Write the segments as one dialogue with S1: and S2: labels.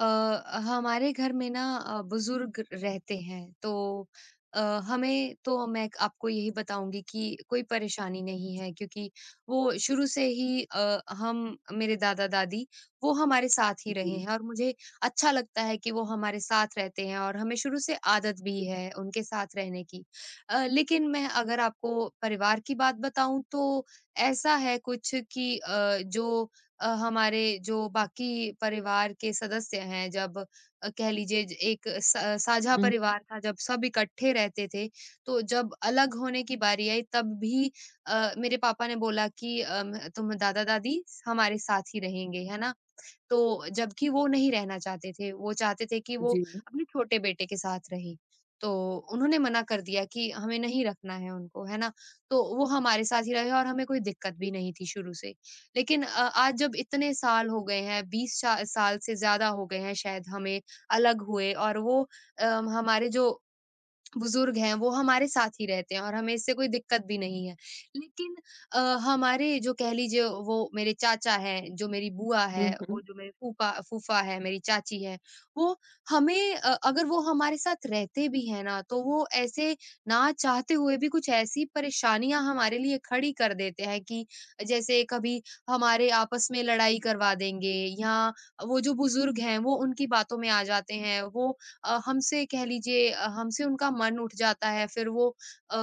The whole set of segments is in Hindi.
S1: अ, हमारे घर में ना बुजुर्ग रहते हैं तो अ, हमें तो मैं आपको यही बताऊंगी कि कोई परेशानी नहीं है क्योंकि वो शुरू से ही हम मेरे दादा दादी वो हमारे साथ ही
S2: जी।
S1: रहे हैं और मुझे अच्छा लगता है कि वो हमारे साथ रहते हैं और हमें शुरू से आदत भी है उनके साथ रहने की। लेकिन मैं अगर आपको परिवार की बात बताऊं तो ऐसा है कुछ कि जो हमारे जो बाकी परिवार के सदस्य हैं जब कह लीजिए एक साझा
S2: हुँ, हुँ।
S1: परिवार था जब सब इकट्ठे रहते थे तो जब अलग होने की बारी आई तब भी मेरे पापा ने बोला कि तुम दादा दादी हमारे साथ ही रहेंगे है ना। तो जबकि वो नहीं रहना चाहते थे, वो चाहते थे कि वो
S2: जी।
S1: अपने छोटे बेटे के साथ रहे। तो उन्होंने मना कर दिया कि हमें नहीं रखना है उनको, है ना? तो वो हमारे साथ ही रहे और हमें कोई दिक्कत भी नहीं थी शुरू से। लेकिन आज जब इतने साल हो गए हैं, 20 सा साल से ज़्यादा हो गए हैं शायद हमें अलग हुए। और वो अ, हमारे जो बुजुर्ग हैं, वो हमारे साथ ही रहते हैं और हमें इससे कोई दिक्कत भी नहीं है। लेकिन हमारे जो कह लीजिए वो मेरे चाचा हैं, जो मेरी बुआ
S2: हुँ,
S1: है, वो
S2: हुँ।
S1: जो मेरे फूपा फूफा है, मेरी चाची है, वो हमें अगर वो हमारे साथ रहते भी हैं ना, तो वो ऐसे ना चाहते हुए भी कुछ ऐसी परेशानियाँ हमारे लिए खड़ी कर देते हैं कि जैसे कभी हमारे आपस में लड़ाई करवा देंगे या वो जो बुजुर्ग हैं, वो उनकी बातों में आ जाते हैं, वो हमसे कह लीजिए हमसे उनका मन उठ जाता है। फिर वो अ,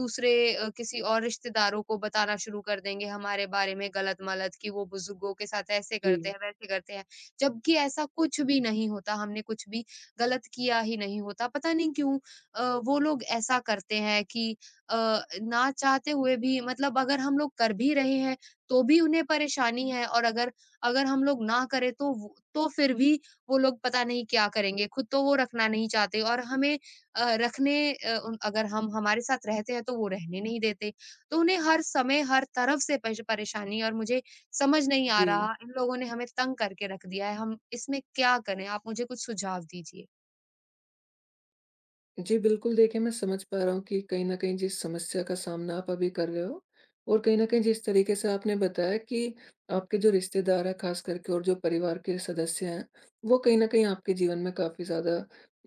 S1: दूसरे किसी और रिश्तेदारों को बताना शुरू कर देंगे हमारे बारे में गलत मलत कि वो बुजुर्गों के साथ ऐसे करते
S2: जी,
S1: हैं वैसे करते हैं, जबकि ऐसा कुछ भी नहीं होता। हमने कुछ भी गलत किया ही नहीं होता, पता नहीं क्यों वो लोग ऐसा करते हैं कि अ, ना चाहते हुए भी मतलब अगर हम लोग कर भी रहे हैं तो भी उन्हें परेशानी है, और अगर अगर हम लोग ना करें तो तो फिर भी वो लोग पता नहीं क्या करेंगे। खुद तो वो रखना नहीं चाहते और हमें रखने उन अगर हम हमारे साथ रहते हैं तो वो रहने नहीं देते। तो उन्हें हर समय, हर तरफ से पेश परेशानी, और मुझे समझ नहीं आ
S2: जी।
S1: रहा, इन लोगों ने हमें तंग करके रख दिया है, हम इसमें क्या करें? आप मुझे कुछ सुझाव दीजिए।
S2: जी, बिल्कुल देखिए, मैं समझ पा रहा हूँ कि कहीं न कहीं जिस समस्या का सामना आप अभी कर रहे हो और कहीं न कहीं जिस तरीके से आपने बताया कि आपके जो रिश्तेदार हैं ख़ास करके और जो परिवार के सदस्य हैं, वो कहीं न कहीं आपके जीवन में काफ़ी ज़्यादा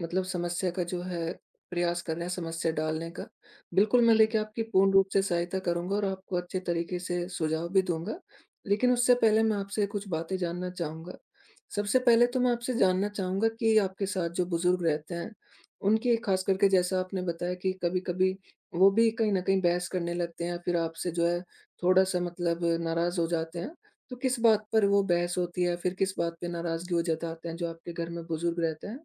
S2: मतलब समस्या का जो है प्रयास कर रहे हैं समस्या डालने का। बिल्कुल,
S1: जी।
S2: मैं देखिए आपकी पूर्ण रूप से सहायता करूँगा और आपको अच्छे तरीके से सुझाव भी दूँगा। लेकिन उससे पहले मैं आपसे कुछ बातें जानना चाहूँगा। सबसे पहले तो मैं आपसे जानना चाहूँगा कि आपके साथ जो बुज़ुर्ग रहते हैं, उनकी खास करके जैसा आपने बताया कि कभी-कभी वो भी कहीं न कहीं बहस करने लगते हैं या फिर आपसे जो है थोड़ा-सा मतलब नाराज़ हो जाते हैं। तो किस बात पर वो बहस होती है? फिर किस बात पे नाराज़गी वो जताते हैं जो आपके घर में बुज़ुर्ग रहते हैं?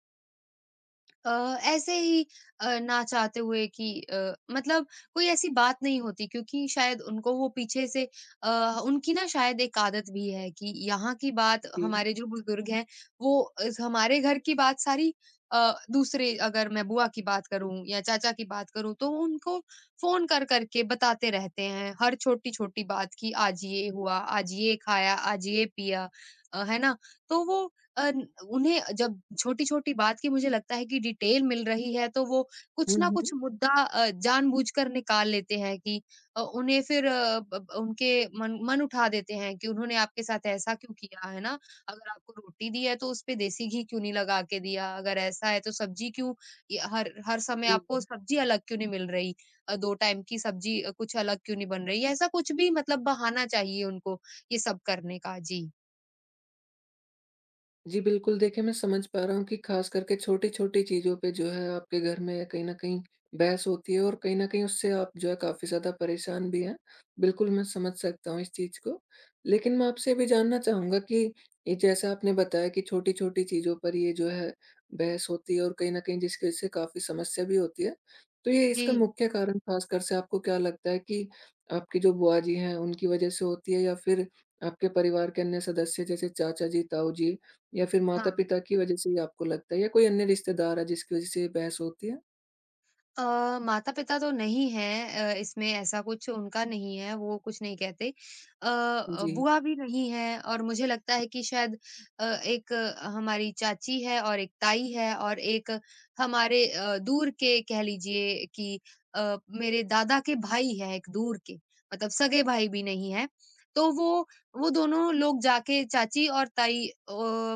S1: अ, ऐसे ही ना चाहते हुए कि मतलब कोई ऐसी बात नहीं होती क्योंकि शायद उनको वो पीछे से उनकी ना शायद एक आदत भी है कि यहाँ की बात
S2: जी।
S1: हमारे जो बुजुर्ग हैं वो हमारे घर की बात सारी दूसरे अगर मैं बुआ की बात करूं या चाचा की बात करूं तो वो उनको फोन कर करके बताते रहते हैं हर छोटी छोटी बात की, आज ये हुआ आज ये खाया आज ये पिया, है ना। तो वो अन उन्हें जब छोटी-छोटी बात की मुझे लगता है कि डिटेल मिल रही है, तो वो कुछ
S2: हुँ,
S1: ना
S2: हुँ।
S1: कुछ मुद्दा जानबूझकर निकाल लेते हैं कि उन्हें फिर ब ब- उनके मन मन उठा देते हैं कि उन्होंने आपके साथ ऐसा क्यों किया, है ना? अगर आपको रोटी दी है, तो उसपे देसी घी क्यों नहीं लगा के दिया? अगर ऐसा है, तो सब्जी क्यों य हर हर समय
S2: जी।
S1: आपको सब्जी अलग क्यों नहीं मिल रही? 2 टाइम की सब्जी कुछ अलग क्यों नहीं बन रही? ऐसा कुछ भी मतलब बहाना चाहिए उनको, ये सब करने का। जी।
S2: जी, बिल्कुल देखिए, मैं समझ पा रहा हूँ कि ख़ास करके छोटी-छोटी चीज़ों पे जो है आपके घर में कहीं न कहीं बहस होती है और कहीं न कहीं उससे आप जो है काफ़ी ज़्यादा परेशान भी हैं। बिल्कुल, मैं समझ सकता हूँ इस चीज़ को। लेकिन मैं आपसे ये भी जानना चाहूँगा कि ये जैसा आपने बताया कि छोटी-छोटी चीज़ों पर ये जो है बहस होती है और कहीं न कहीं जिसकी वजह से काफ़ी समस्या भी होती है। तो ये इसका
S1: जी,
S2: मुख्य कारण ख़ासकर से आपको क्या लगता है कि आपकी जो बुआ जी हैं, उनकी वजह से होती है या फिर आपके परिवार के अन्य सदस्य जैसे चाचा जी, ताऊ जी या फिर
S1: हाँ।
S2: माता-पिता की वजह से ही आपको लगता है या कोई अन्य रिश्तेदार है जिसकी वजह से ये बहस होती है?
S1: अ, माता-पिता तो नहीं हैं इसमें ऐसा कुछ उनका नहीं है, वो कुछ नहीं कहते।
S2: जी।
S1: बुआ भी नहीं है, और मुझे लगता है कि शायद एक हमारी चाची है और एक ताई है और एक हमारे दूर के कह लीजिए कि मेरे दादा के भाई हैं एक दूर के, मतलब सगे भाई भी नहीं हैं। तो वो दोनों लोग जाके चाची और ताई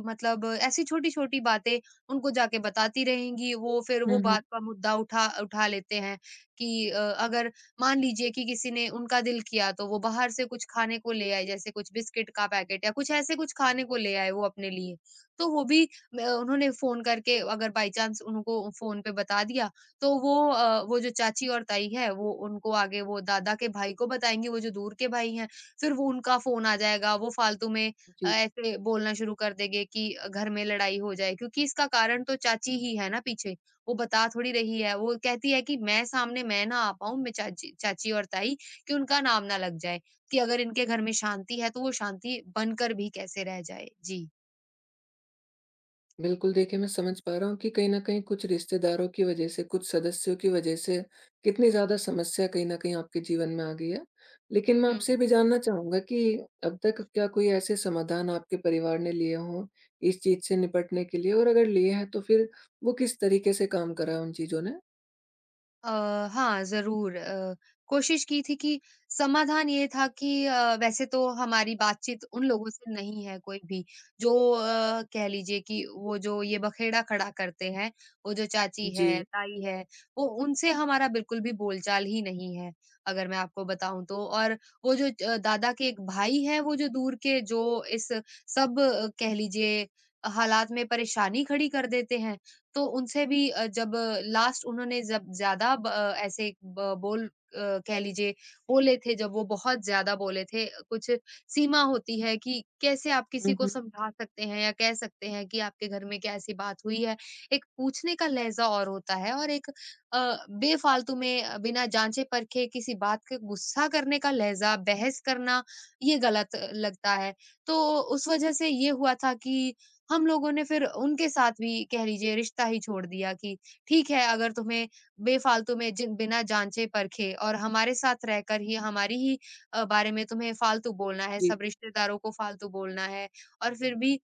S1: मतलब ऐसी छोटी-छोटी बातें उनको जाके बताती रहेंगी, वो फिर
S2: हुँ,
S1: वो बात
S2: हुँ।
S1: का मुद्दा उठा उठा लेते हैं कि अगर मान लीजिए कि किसी ने उनका दिल किया तो वो बाहर से कुछ खाने को ले आए, जैसे कुछ बिस्किट का पैकेट या कुछ ऐसे कुछ खाने को ले आए वो अपने लिए, तो वो भी म उन्होंने फ़ोन करके अगर बाय चांस उनको फ़ोन पे बता दिया, तो वो वो जो चाची और ताई है, वो उनको आगे वो दादा के भाई को बताएँगी, वो जो दूर के भाई हैं, फिर वो उनका फ़ोन आ जाएगा, वो फालतू में
S2: जी,
S1: ऐसे बोलना शुरू कर देंगे कि घर में लड़ाई हो जाए, क्योंकि इसका कारण तो चाची ही है ना पीछे। वो बता थोड़ी रही है, वो कहती है कि मैं सामने मैं ना आ पाऊँ, मैं चाची चाची और ताई कि उनका नाम ना लग जाए, कि अगर इनके घर में शांति है तो वो शांति बनकर भी कैसे रह जाए। जी।
S2: बिल्कुल देखिए मैं समझ पा रहा हूँ कि कहीं न कहीं कुछ रिश्तेदारों की वजह से, कुछ सदस्यों की वजह से कितनी ज़्यादा समस्या कहीं न कहीं आपके जीवन में आ गई है। लेकिन मैं
S1: हुँ।
S2: आपसे ये भी जानना चाहूँगा कि अब तक क्या कोई ऐसे समाधान आपके परिवार ने लिए हों इस चीज़ से निपटने के लिए और अगर लिए हैं तो फिर वो किस तरीके से काम करा है उन चीज़ों ने?
S1: अ, हाँ, ज़रूर कोशिश की थी कि समाधान ये था कि वैसे तो हमारी बातचीत उन लोगों से नहीं है कोई भी, जो कह लीजिए कि वो जो ये बखेड़ा खड़ा करते हैं, वो जो चाची
S2: जी।
S1: है, ताई है, वो उनसे हमारा बिल्कुल भी बोलचाल ही नहीं है, अगर मैं आपको बताऊँ तो। और वो जो दादा के एक भाई हैं, वो जो दूर के जो इस सब कह लीजिए हालात में परेशानी खड़ी कर देते हैं। तो उनसे भी जब लास्ट उन्होंने जब ज़्यादा ऐसे ब कह लीजिए बोले थे, जब वो बहुत ज़्यादा बोले थे, कुछ सीमा होती है कि कैसे आप किसी
S2: हुँ,
S1: को
S2: हुँ।
S1: समझा सकते हैं या कह सकते हैं कि आपके घर में क्या ऐसी बात हुई है। एक पूछने का लहज़ा और होता है, और एक अ, बेफ़ालतू में बिना जाँचे-परखे किसी बात के गुस्सा करने का लहज़ा, बहस करना, ये गलत लगता है। तो उस वज़ह से ये हुआ था कि हम लोगों ने फिर उनके साथ भी कह लीजिए रिश्ता ही छोड़ दिया कि ठीक है, अगर तुम्हें बेफालतू में जिन बिना जांचे परखे और हमारे साथ रहकर ही हमारी ही बारे में तुम्हें फालतू बोलना है,
S2: जी।
S1: सब रिश्तेदारों को फालतू बोलना है, और फिर भी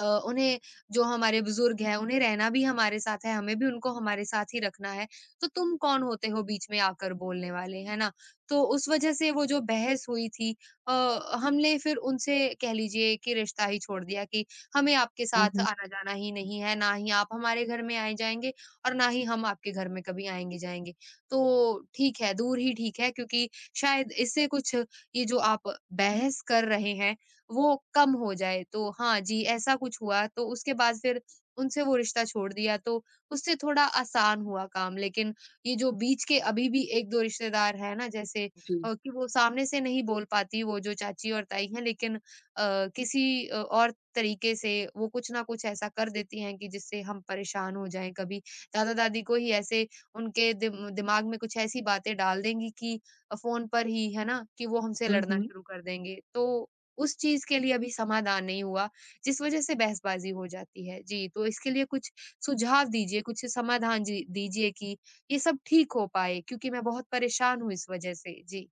S1: उन्हें जो हमारे बुजुर्ग हैं, उन्हें रहना भी हमारे साथ है, हमें भी उनको हमारे साथ ही रखना है, तो तुम कौन होते हो बीच में आकर बोलने वाले, है ना? तो उस वजह से वो जो बहस हुई थी, अ, हमने फिर उनसे कह लीजिए कि रिश्ता ही छोड़ दिया कि हमें आपके
S2: हुँ,
S1: साथ
S2: हुँ।
S1: आना-जाना ही नहीं है, ना ही आप हमारे घर में आए जाएँगे और ना ही हम आपके घर में कभी आएँगे-जाएँगे। तो ठीक है, दूर ही ठीक है क्योंकि शायद इससे कुछ ये जो आप बहस कर रहे हैं वो कम हो जाए। तो हाँ जी, ऐसा कुछ हुआ तो उसके बाद फिर उनसे वो रिश्ता छोड़ दिया, तो उससे थोड़ा आसान हुआ काम। लेकिन ये जो बीच के अभी भी 1-2 रिश्तेदार हैं ना, जैसे
S2: जी।
S1: कि वो सामने से नहीं बोल पाती वो जो चाची और ताई हैं, लेकिन किसी और तरीके से वो कुछ ना कुछ ऐसा कर देती हैं कि जिससे हम परेशान हो जाएँ। कभी दादा-दादी को ही ऐसे उनके दिमाग में कुछ ऐसी बातें डाल देंगी कि फ़ोन पर ही है ना, कि वो हमसे
S2: हुँ,
S1: लड़ना
S2: हुँ।
S1: शुरू कर देंगे। तो उस चीज़ के लिए अभी समाधान नहीं हुआ, जिस वजह से बहसबाज़ी हो जाती है। जी, तो इसके लिए कुछ सुझाव दीजिए, कुछ समाधान जी दीजिए कि ये सब ठीक हो पाए, क्योंकि मैं बहुत परेशान हूँ इस वजह से। जी।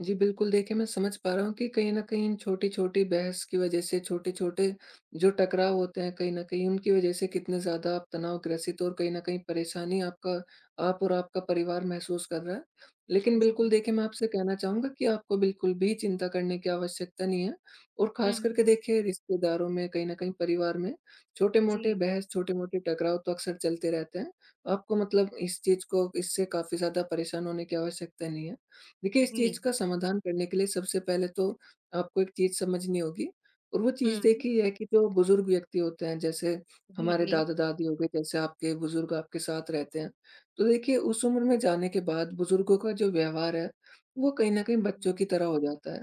S2: जी, बिल्कुल देखिए, मैं समझ पा रहा हूँ कि कहीं न कहीं इन छोटी-छोटी बहस की वज़ह से छोटे-छोटे जो टकराव होते हैं कहीं न कहीं उनकी वज़ह से कितने ज़्यादा आप तनावग्रसित और कहीं न कहीं परेशानी आपका आप और आपका परिवार महसूस कर रहा है। लेकिन
S1: जी।
S2: बिल्कुल देखिए, मैं आपसे कहना चाहूँगा कि आपको बिल्कुल भी चिंता करने की आवश्यकता नहीं है और
S1: हुँ।
S2: ख़ास करके देखिए रिश्तेदारों में कहीं न कहीं परिवार में छोटे-मोटे
S1: जी,
S2: बहस, छोटे-मोटे टकराव तो अक्सर चलते रहते हैं। आपको मतलब इस चीज़ को इससे काफ़ी ज़्यादा परेशान होने की आवश्यकता नहीं है। देखिए, इस
S1: जी।
S2: चीज़ का समाधान करने के लिए सबसे पहले तो आपको एक चीज़ समझनी होगी और वो
S1: हुँ।
S2: चीज़ देखिए ये है कि जो बुज़ुर्ग व्यक्ति होते हैं, जैसे
S1: जी,
S2: हमारे
S1: जी।
S2: दादा-दादी हो गए, जैसे आपके बुज़ुर्ग आपके साथ रहते हैं। तो देखिए, उस उम्र में जाने के बाद बुज़ुर्गों का जो व्यवहार है, वो कहीं न कहीं बच्चों की
S1: हुँ।
S2: तरह हो जाता है।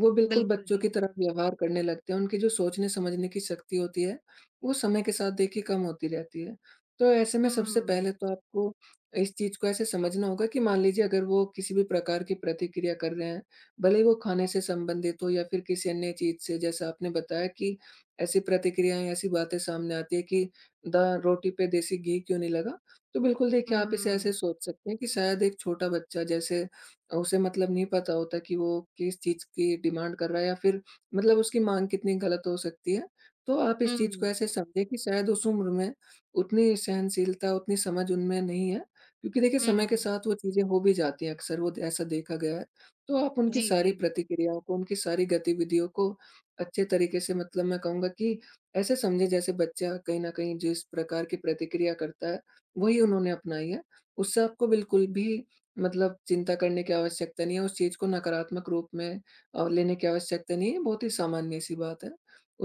S2: वो बिल्कुल
S1: बिल्कुल
S2: बच्चों
S1: जी।
S2: की तरह व्यवहार करने लगते हैं, उनकी जो सोचने-समझने की शक्ति होती है, वो समय के साथ देखिए कम होती रहती है। तो ऐसे में सबसे
S1: हुँ,
S2: पहले तो आपको इस चीज़ को ऐसे समझना होगा कि मान लीजिए अगर वो किसी भी प्रकार की प्रतिक्रिया कर रहे हैं, भले ही वो खाने से संबंधित हो या फिर किसी अन्य चीज़ से जैसा आपने बताया कि ऐसी प्रतिक्रियाएँ, ऐसी बातें सामने आती है कि द रोटी पे देसी घी क्यों नहीं लगा? तो बिल्कुल देखिए आप इसे ऐसे
S1: हुँ,
S2: सोच सकते हैं कि शायद एक छोटा बच्चा जैसे उसे मतलब नहीं पता होता कि वो किस चीज़ की डिमांड कर रहा है या फिर मतलब उसकी माँग कितनी गलत हो सकती है। तो आप इस चीज़ को
S1: हुँ,
S2: ऐसे समझें कि शायद उस उम्र में उतनी सहनशीलता, उतनी समझ उनमें नहीं है। क्योंकि देखिए समय के
S1: हुँ।
S2: साथ वो चीज़ें हो भी जाती हैं अक्सर वो ऐसा देखा गया है। तो आप उनकी
S1: जी,
S2: सारी
S1: जी।
S2: प्रतिक्रियाओं को, उनकी सारी गतिविधियों को अच्छे तरीके से मतलब मैं कहूँगा कि ऐसे समझें जैसे बच्चा कहीं न कहीं जिस प्रकार की प्रतिक्रिया करता है, वही उन्होंने अपनाई है। उससे आपको बिल्कुल भी मतलब चिंता करने की आवश्यकता नहीं है, उस चीज़ को नकारात्मक रूप में लेने की आवश्यकता नहीं है, बहुत ही सामान्य-सी बात है।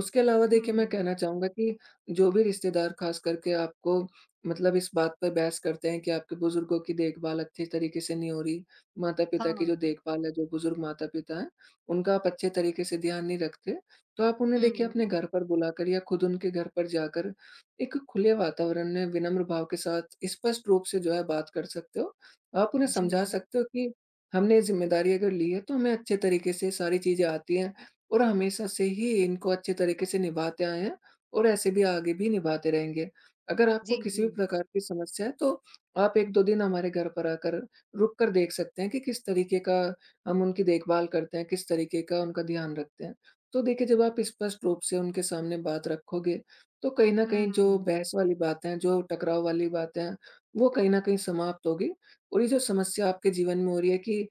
S2: उसके अलावा देखिए मैं
S1: हुँ।
S2: कहना चाहूँगा कि जो भी रिश्तेदार ख़ास करके आपको मतलब इस बात पे बहस करते हैं कि आपके बुजुर्गों की देखभाल अच्छे तरीके से नहीं हो रही, माता-पिता की जो
S1: हाँ।
S2: देखभाल है, जो बुजुर्ग माता-पिता हैं, उनका आप अच्छे तरीके से ध्यान नहीं रखते। तो आप उन्हें देखिए
S1: हुँ।
S2: अपने घर पर बुलाकर या खुद उनके घर पर जाकर एक खुले वातावरण में विनम्र भाव के साथ स्पष्ट रूप से जो है बात कर सकते हो। आप उन्हें समझा
S1: जी,
S2: सकते हो कि हमने ये ज़िम्मेदारी अगर ली है तो हमें अच्छे तरीके से सारी चीज़ें आती हैं और हमेशा से ही इनको अच्छे तरीके से निभाते आए हैं और ऐसे भी आगे भी निभाते रहेंगे। अगर आपको
S1: जी,
S2: किसी
S1: जी।
S2: भी प्रकार की समस्या है, तो आप 1-2 दिन हमारे घर पर आकर रुक कर देख सकते हैं कि किस तरीके का हम उनकी देखभाल करते हैं, किस तरीके का उनका ध्यान रखते हैं। तो देखिए, जब आप स्पष्ट रूप से उनके सामने बात रखोगे, तो कहीं न कहीं जो
S1: हुँ,
S2: बहस वाली बातें हैं, जो टकराव वाली बातें हैं, वो कहीं न कहीं समाप्त होगी और ये जो समस्या आपके जीवन में हो रही है कि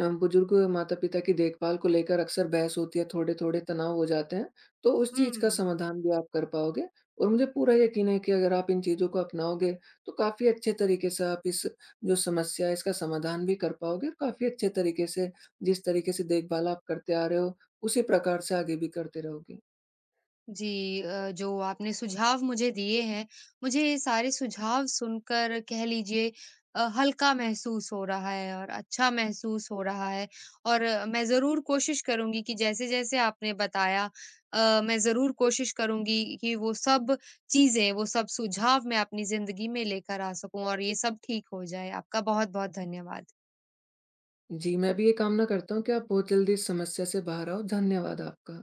S2: बुजुर्ग माता-पिता की देखभाल को लेकर अक्सर बहस होती है, थोड़े-थोड़े तनाव हो जाते हैं, तो उस चीज़ का
S1: हुँ।
S2: समाधान भी आप कर पाओगे और मुझे पूरा यकीन है कि अगर आप इन चीज़ों को अपनाओगे, तो काफ़ी अच्छे तरीके से आप इस जो समस्या है, इसका समाधान भी कर पाओगे और काफ़ी अच्छे तरीके से जिस तरीके से देखभाल आप करते आ रहे हो, उसी प्रकार से आगे भी करते रहोगे।
S1: जी, जो आपने सुझाव मुझे दिए हैं, मुझे ये सारे सुझाव सुनकर कह लीजिए हल्का महसूस हो रहा है और अच्छा महसूस हो रहा है, और मैं ज़रूर कोशिश करूँगी कि जैसे-जैसे आपने बताया मैं ज़रूर कोशिश करूँगी कि वो सब चीज़ें, वो सब सुझाव मैं अपनी ज़िंदगी में लेकर आ सकूँ और ये सब ठीक हो जाए। आपका बहुत-बहुत धन्यवाद।
S2: जी, मैं भी ये कामना करता हूँ कि आप बहुत जल्दी इस समस्या से बाहर आओ। धन्यवाद आपका।